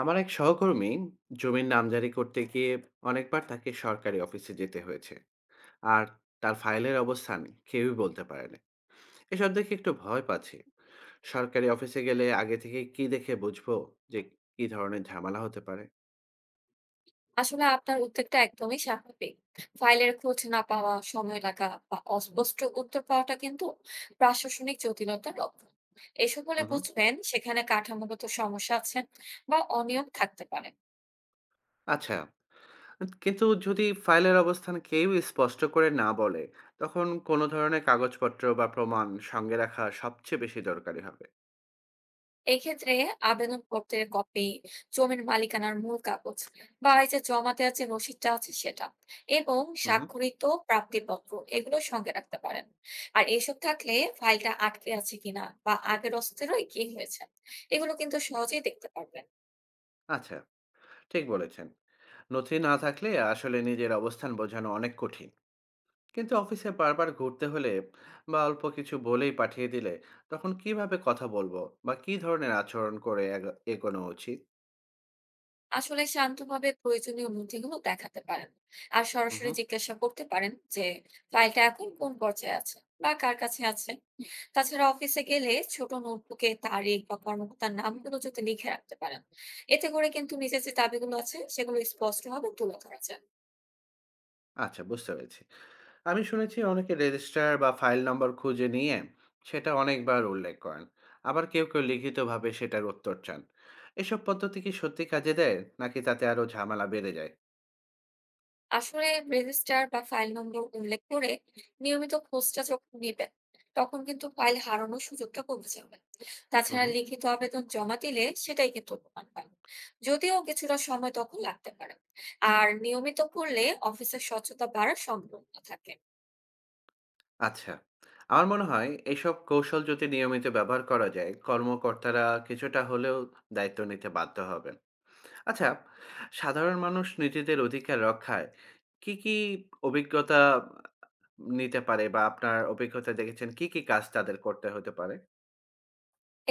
আমার এক সহকর্মী জমির নামজারি করতে গিয়ে অনেকবার তাকে সরকারি অফিসে যেতে হয়েছে। আর তার ফাইলের অবস্থান কেউই বলতে পারে না। এসব দেখে একটু ভয় পাচ্ছি। সরকারি অফিসে গেলে আগে থেকে কি দেখে বুঝবো যে কি ধরনের ঝামেলা হতে পারে? আসলে আপনার উদ্বেগটা একদমই স্বাভাবিক। ফাইলের খোঁজ না পাওয়া, সময় লাগা বা অস্পষ্ট উত্তর পাওয়াটা কিন্তু প্রশাসনিক জটিলতার লক্ষণ। এসব হলে হুম। বুঝবেন সেখানে কাঠামোগত সমস্যা আছে বা অনিয়ম থাকতে পারে। আচ্ছা, কিন্তু যদি ফাইলের অবস্থান কেউ স্পষ্ট করে না বলে, তখন কোনো ধরনের কাগজপত্র বা প্রমাণ সঙ্গে রাখা সবচেয়ে বেশি দরকারি হবে? এক্ষেত্রে আবেদন পত্রের কপি, জমির মালিকানার মূল কাগজ বা এই যে জমা দেওয়ার যে রসিদটা আছে সেটা, এবং হুম। স্বাক্ষরিত প্রাপ্তিপত্র, এগুলো সঙ্গে রাখতে পারেন। আর এসব থাকলে ফাইলটা আটকে আছে কিনা বা আগের অস্থারই কি হয়েছে, এগুলো কিন্তু সহজেই দেখতে পারবেন। আচ্ছা, ঠিক বলেছেন। নথি না থাকলে আসলে নিজের অবস্থান বোঝানো অনেক কঠিন। কিন্তু অফিসে বারবার ঘুরতে হলে বা অল্প কিছু বলেই পাঠিয়ে দিলে, তখন কিভাবে কথা বলবো বা কি ধরনের আচরণ করে এগোনো উচিত? আসলে শান্তভাবে প্রয়োজনীয় নথিগুলো দেখাতে পারেন আর হুম। সরাসরি জিজ্ঞাসা করতে পারেন যে ফাইলটা এখন কোন পর্যায়ে আছে বা কার কাছে আছে। তাছাড়া অফিসে গেলে ছোট নোটবুকে তারিখ বা কর্মকর্তার নামগুলো যদি লিখে রাখতে পারেন, এতে করে কিন্তু নিজের যে দাবিগুলো আছে সেগুলো স্পষ্টভাবে তুলে ধরা যায়। আচ্ছা, বুঝতে পেরেছি। আমি শুনেছি অনেকে রেজিস্টার বা ফাইল নম্বর খুঁজে নিয়ে সেটা অনেকবার উল্লেখ করেন, আবার কেউ কেউ লিখিতভাবে সেটার উত্তর চান। এসব পদ্ধতি কি সত্যি কাজে দেয় নাকি তাতে আরো ঝামেলা বেড়ে যায়? আসলে রেজিস্টার বা ফাইল নম্বর উল্লেখ করে নিয়মিত খোঁজটা যখন নেবেন, তখন কিন্তু ফাইল হারানোর সুযোগটা কমে যাবে। তাছাড়া লিখিত আবেদন জমা দিলে সেটাই কিন্তু প্রমাণ পাবে, যদিও কিছুটা সময় তখন লাগতে পারে। আর নিয়মিত করলে অফিসের স্বচ্ছতা বাড়ার সম্ভাবনা থাকে। আচ্ছা। আমার মনে হয় এসব কৌশল যদি নিয়মিত ব্যবহার করা যায়, কর্মকর্তারা কিছুটা হলেও দায়িত্ব নিতে বাধ্য হবেন। আচ্ছা, সাধারণ মানুষ নিজেদের অধিকার রক্ষায় কি, কি অভিজ্ঞতা নিতে পারে বা আপনার অভিজ্ঞতা দেখেছেন কি, কি কাজ তাদের করতে হতে পারে?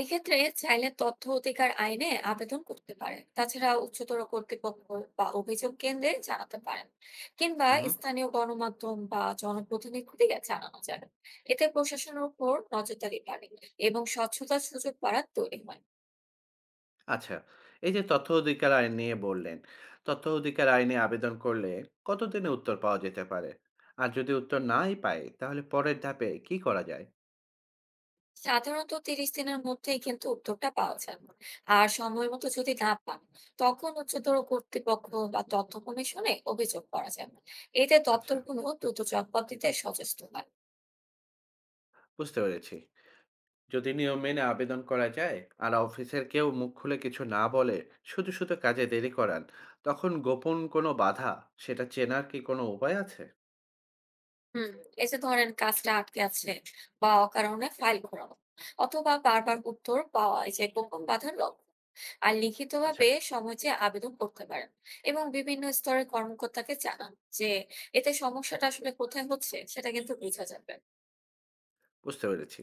এক্ষেত্রে চাইলে তথ্য অধিকার আইনে আবেদন করতে পারেন, তাছাড়া উচ্চতর কর্তৃপক্ষ বা অভিযোগ কেন্দ্রে জানাতে পারেন, কিংবা উহু। স্থানীয় গণমাধ্যম বা জনপ্রতিনিধিদের জানানো যাবে। এতে প্রশাসনের উপর নজরদারি বাড়ে এবং স্বচ্ছতার সুযোগ বাড়ার তৈরি হয়। আচ্ছা। এই যে তথ্য অধিকার আইন নিয়ে বললেন, তথ্য অধিকার আইনে আবেদন করলে কতদিনে উত্তর পাওয়া যেতে পারে? আর যদি উত্তর নাই পাই, তাহলে পরের ধাপে কি করা যায়? সাধারণত 30 দিনের মধ্যেই কিন্তু উদ্যোগটা পাওয়া যায়। আর সময় মতো যদি না পান, তখন উচ্চতর কর্তৃপক্ষ বা তথ্য কমিশনে অভিযোগ করা যাবে। এতে আচ্ছা, দপ্তরগুলো দ্রুত জবাব দিতে সচেষ্ট হয়। বুঝতে পেরেছি। যদি নিয়ম মেনে আবেদন করা যায় আর অফিসের কেউ মুখ খুলে কিছু না বলে শুধু শুধু কাজে দেরি করান, তখন গোপন কোনো বাধা সেটা চেনার কি কোনো উপায় আছে? হুম, এই যে ধরেন কাজটা আটকে আছে, বা অকারণে ফাইল ঘোরানো, অথবা বারবার উত্তর পাওয়া, এই যে গোপন বাধার লক্ষণ। আর আচ্ছা। লিখিতভাবে সমাজে আবেদন করতে পারেন এবং বিভিন্ন স্তরের কর্মকর্তাকে জানান, যে এতে সমস্যাটা আসলে কোথায় হচ্ছে সেটা কিন্তু বোঝা যাবে। বুঝতে পেরেছি।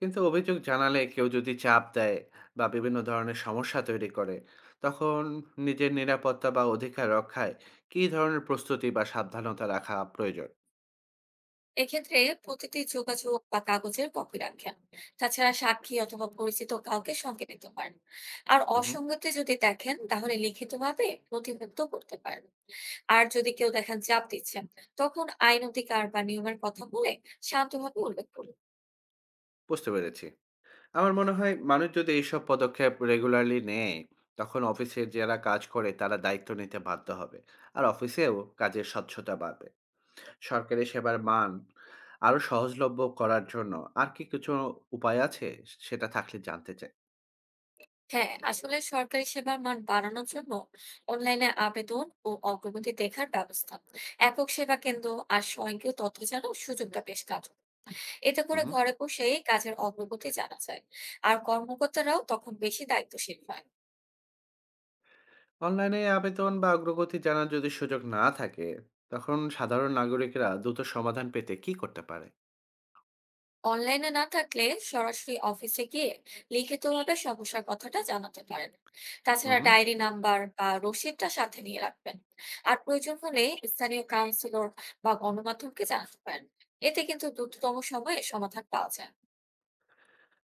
কিন্তু অভিযোগ জানালে কেউ যদি চাপ দেয় বা বিভিন্ন ধরনের সমস্যা তৈরি করে, তখন নিজের নিরাপত্তা বা অধিকার রক্ষায় কী ধরনের প্রস্তুতি বা সাবধানতা রাখা প্রয়োজন? এক্ষেত্রে প্রতিটি যোগাযোগ বা কাগজের কপি রাখেন। তাছাড়া সাক্ষী অথবা পরিচিত কাউকে সঙ্গে নিতে পারেন। আর হুম। অসঙ্গতি যদি দেখেন তাহলে লিখিতভাবে নথিভুক্ত করতে পারেন। আর যদি কেউ দেখেন চাপ দিচ্ছেন, তখন আইন অধিকার বা নিয়মের কথা বলে শান্তভাবে উল্লেখ করুন। বুঝতে পেরেছি। আমার মনে হয় মানুষ যদি এইসব পদক্ষেপ রেগুলারলি নেয়, তখন অফিসে যারা কাজ করে তারা দায়িত্ব নিতে বাধ্য হবে আর অফিসেও কাজের স্বচ্ছতা বাড়বে। সরকারি সেবার মান আরো সহজলভ্য করার জন্য আর কি কিছু উপায় আছে? সেটা থাকলে জানতে চাই। হ্যাঁ, আসলে সরকারি সেবার মান বাড়ানোর জন্য অনলাইনে আবেদন ও অগ্রগতি দেখার ব্যবস্থা, একক সেবা কেন্দ্র, আর স্বয়ংক্রিয় তথ্য জানার সুযোগটা বেশ কাজ। এতে করে হুম। ঘরে বসেই কাজের অগ্রগতি জানা যায়, আর কর্মকর্তারাও তখন বেশি দায়িত্বশীল হয়। অনলাইনে আবেদন বা অগ্রগতি জানার যদি সুযোগ না থাকে, তখন সাধারণ নাগরিকরা দ্রুত সমাধান পেতে কি করতে পারে? অনলাইনে না থাকলে সরাসরি অফিসে গিয়ে লিখিতভাবে সমস্যার কথাটা জানাতে পারেন। তাছাড়া হুম। ডায়েরি নাম্বার বা রসিদটা সাথে নিয়ে রাখবেন। আর প্রয়োজন হলে স্থানীয় কাউন্সিলর বা গণমাধ্যমকে জানাতে পারেন। এতে কিন্তু দ্রুততম সময়ে সমাধান পাওয়া যায়।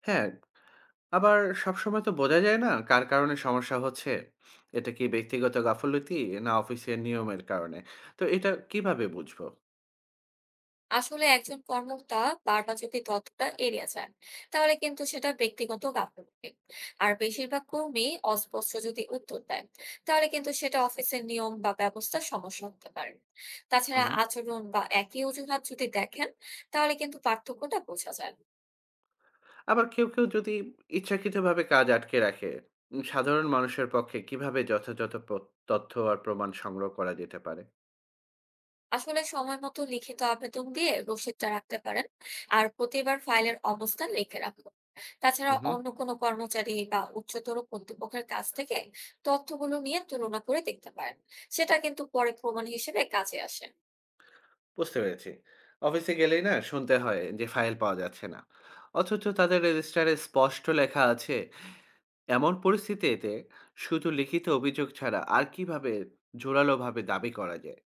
হ্যাঁ। আবার সবসময় তো বোঝা যায় না কার কারণে সমস্যা হচ্ছে। এটা কি ব্যক্তিগত গাফিলতি না অফিসের নিয়মের কারণে? তো এটা কিভাবে বুঝবো? আসলে একজন কর্মকর্তা বারবার যদি তথ্যটা এড়িয়ে যান, তাহলে কিন্তু সেটা ব্যক্তিগত গাফিলতি। আর বেশিরভাগ কর্মী অস্পষ্ট যদি উত্তর দেন, তাহলে কিন্তু সেটা অফিসের নিয়ম বা ব্যবস্থা সমস্যা হতে পারে। হুম, তাছাড়া হুম। আচরণ বা একই অজুহাত যদি দেখেন, তাহলে কিন্তু পার্থক্যটা বোঝা যায়। আবার কেউ, কেউ যদি ইচ্ছাকৃতভাবে কাজ আটকে রাখে, সাধারণ মানুষের পক্ষে কিভাবে যথাযথ তথ্য আর প্রমাণ সংগ্রহ করা যেতে পারে? আসলে সময় মতো লিখিত আবেদন দিয়ে রসিদটা রাখতে পারেন। আর প্রতিবার ফাইলের অবস্থান লিখে রাখুন। তাছাড়া হুম, হুম। অন্য কোনো কর্মচারী বা উচ্চতর কর্তৃপক্ষের কাছ থেকে তথ্যগুলো নিয়ে তুলনা করে দেখতে পারেন। সেটা কিন্তু পরে প্রমাণ হিসেবে কাজে আসে। বুঝতে পেরেছি। অফিসে গেলেই না শুনতে হয় যে ফাইল পাওয়া যাচ্ছে না। অথচ তাদের রেজিস্টারে স্পষ্ট লেখা আছে। এমন পরিস্থিতিতে শুধু লিখিত অভিযোগ ছাড়া আর কিভাবে জোরালোভাবে দাবি করা যায়?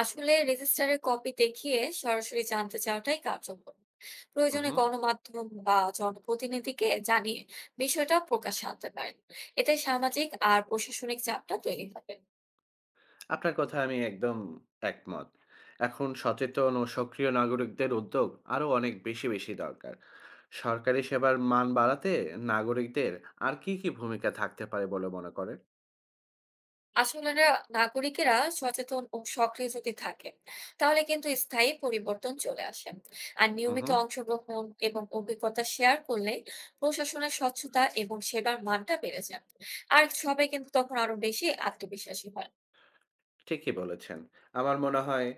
আসলে রেজিস্ট্রারের কপি দেখিয়ে সরাসরি জানতে চাওয়াটাই কার্যকর। হুম, প্রয়োজনে হুম। গণমাধ্যম বা জনপ্রতিনিধিকে জানিয়ে বিষয়টা প্রকাশ আনতে পারেন। এতে সামাজিক আর প্রশাসনিক চাপটা তৈরি হবে। আপনার কথা আমি একদম একমত। এখন সচেতন ও সক্রিয় নাগরিকদের উদ্যোগ আরও অনেক বেশি বেশি দরকার। সরকারি সেবার মান বাড়াতে নাগরিকদের আর কি কি ভূমিকা থাকতে পারে বলে মনে আসলে নাগরিকেরা সচেতন ও সক্রিয় যদি থাকে, তাহলে কিন্তু স্থায়ী পরিবর্তন চলে আসে। আর নিয়মিত করেন? অংশগ্রহণ এবং অভিজ্ঞতা শেয়ার করলে প্রশাসনের স্বচ্ছতা এবং সেবার মানটা বেড়ে যায়। আর সবাই কিন্তু তখন আরো বেশি আত্মবিশ্বাসী হয়। ঠিকই বলেছেন। আমার মনে হয়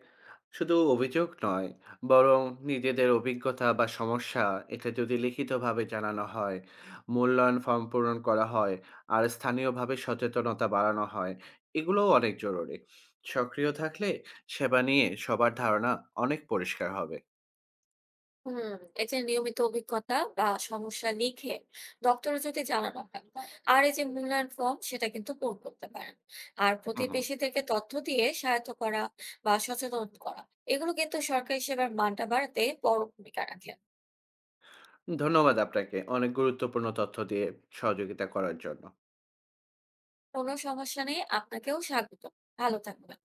শুধু অভিযোগ নয়, বরং নিজেদের অভিজ্ঞতা বা সমস্যা এটা যদি লিখিতভাবে জানানো হয়, মূল্যায়ন ফর্ম পূরণ করা হয় আর স্থানীয়ভাবে সচেতনতা বাড়ানো হয়, এগুলোও অনেক জরুরি। সক্রিয় থাকলে সেবা নিয়ে সবার ধারণা অনেক পরিষ্কার হবে। হুম, এই যে নিয়মিত অভিজ্ঞতা বা সমস্যা লিখে ডক্টরে যদি জানানো হয়, আর এই যে মূল্যায়ন ফর্ম, সেটা কিন্তু পূরণ করতে পারেন। আর হুম, হুম। প্রতিবেশীদেরকে তথ্য দিয়ে সহায়তা করা বা সচেতন করা, এগুলো কিন্তু সরকারি সেবার মানটা বাড়াতে বড় ভূমিকা রাখে। ধন্যবাদ আপনাকে অনেক গুরুত্বপূর্ণ তথ্য দিয়ে সহযোগিতা করার জন্য। কোনো সমস্যা নেই, আপনাকেও স্বাগত। ভালো থাকবেন।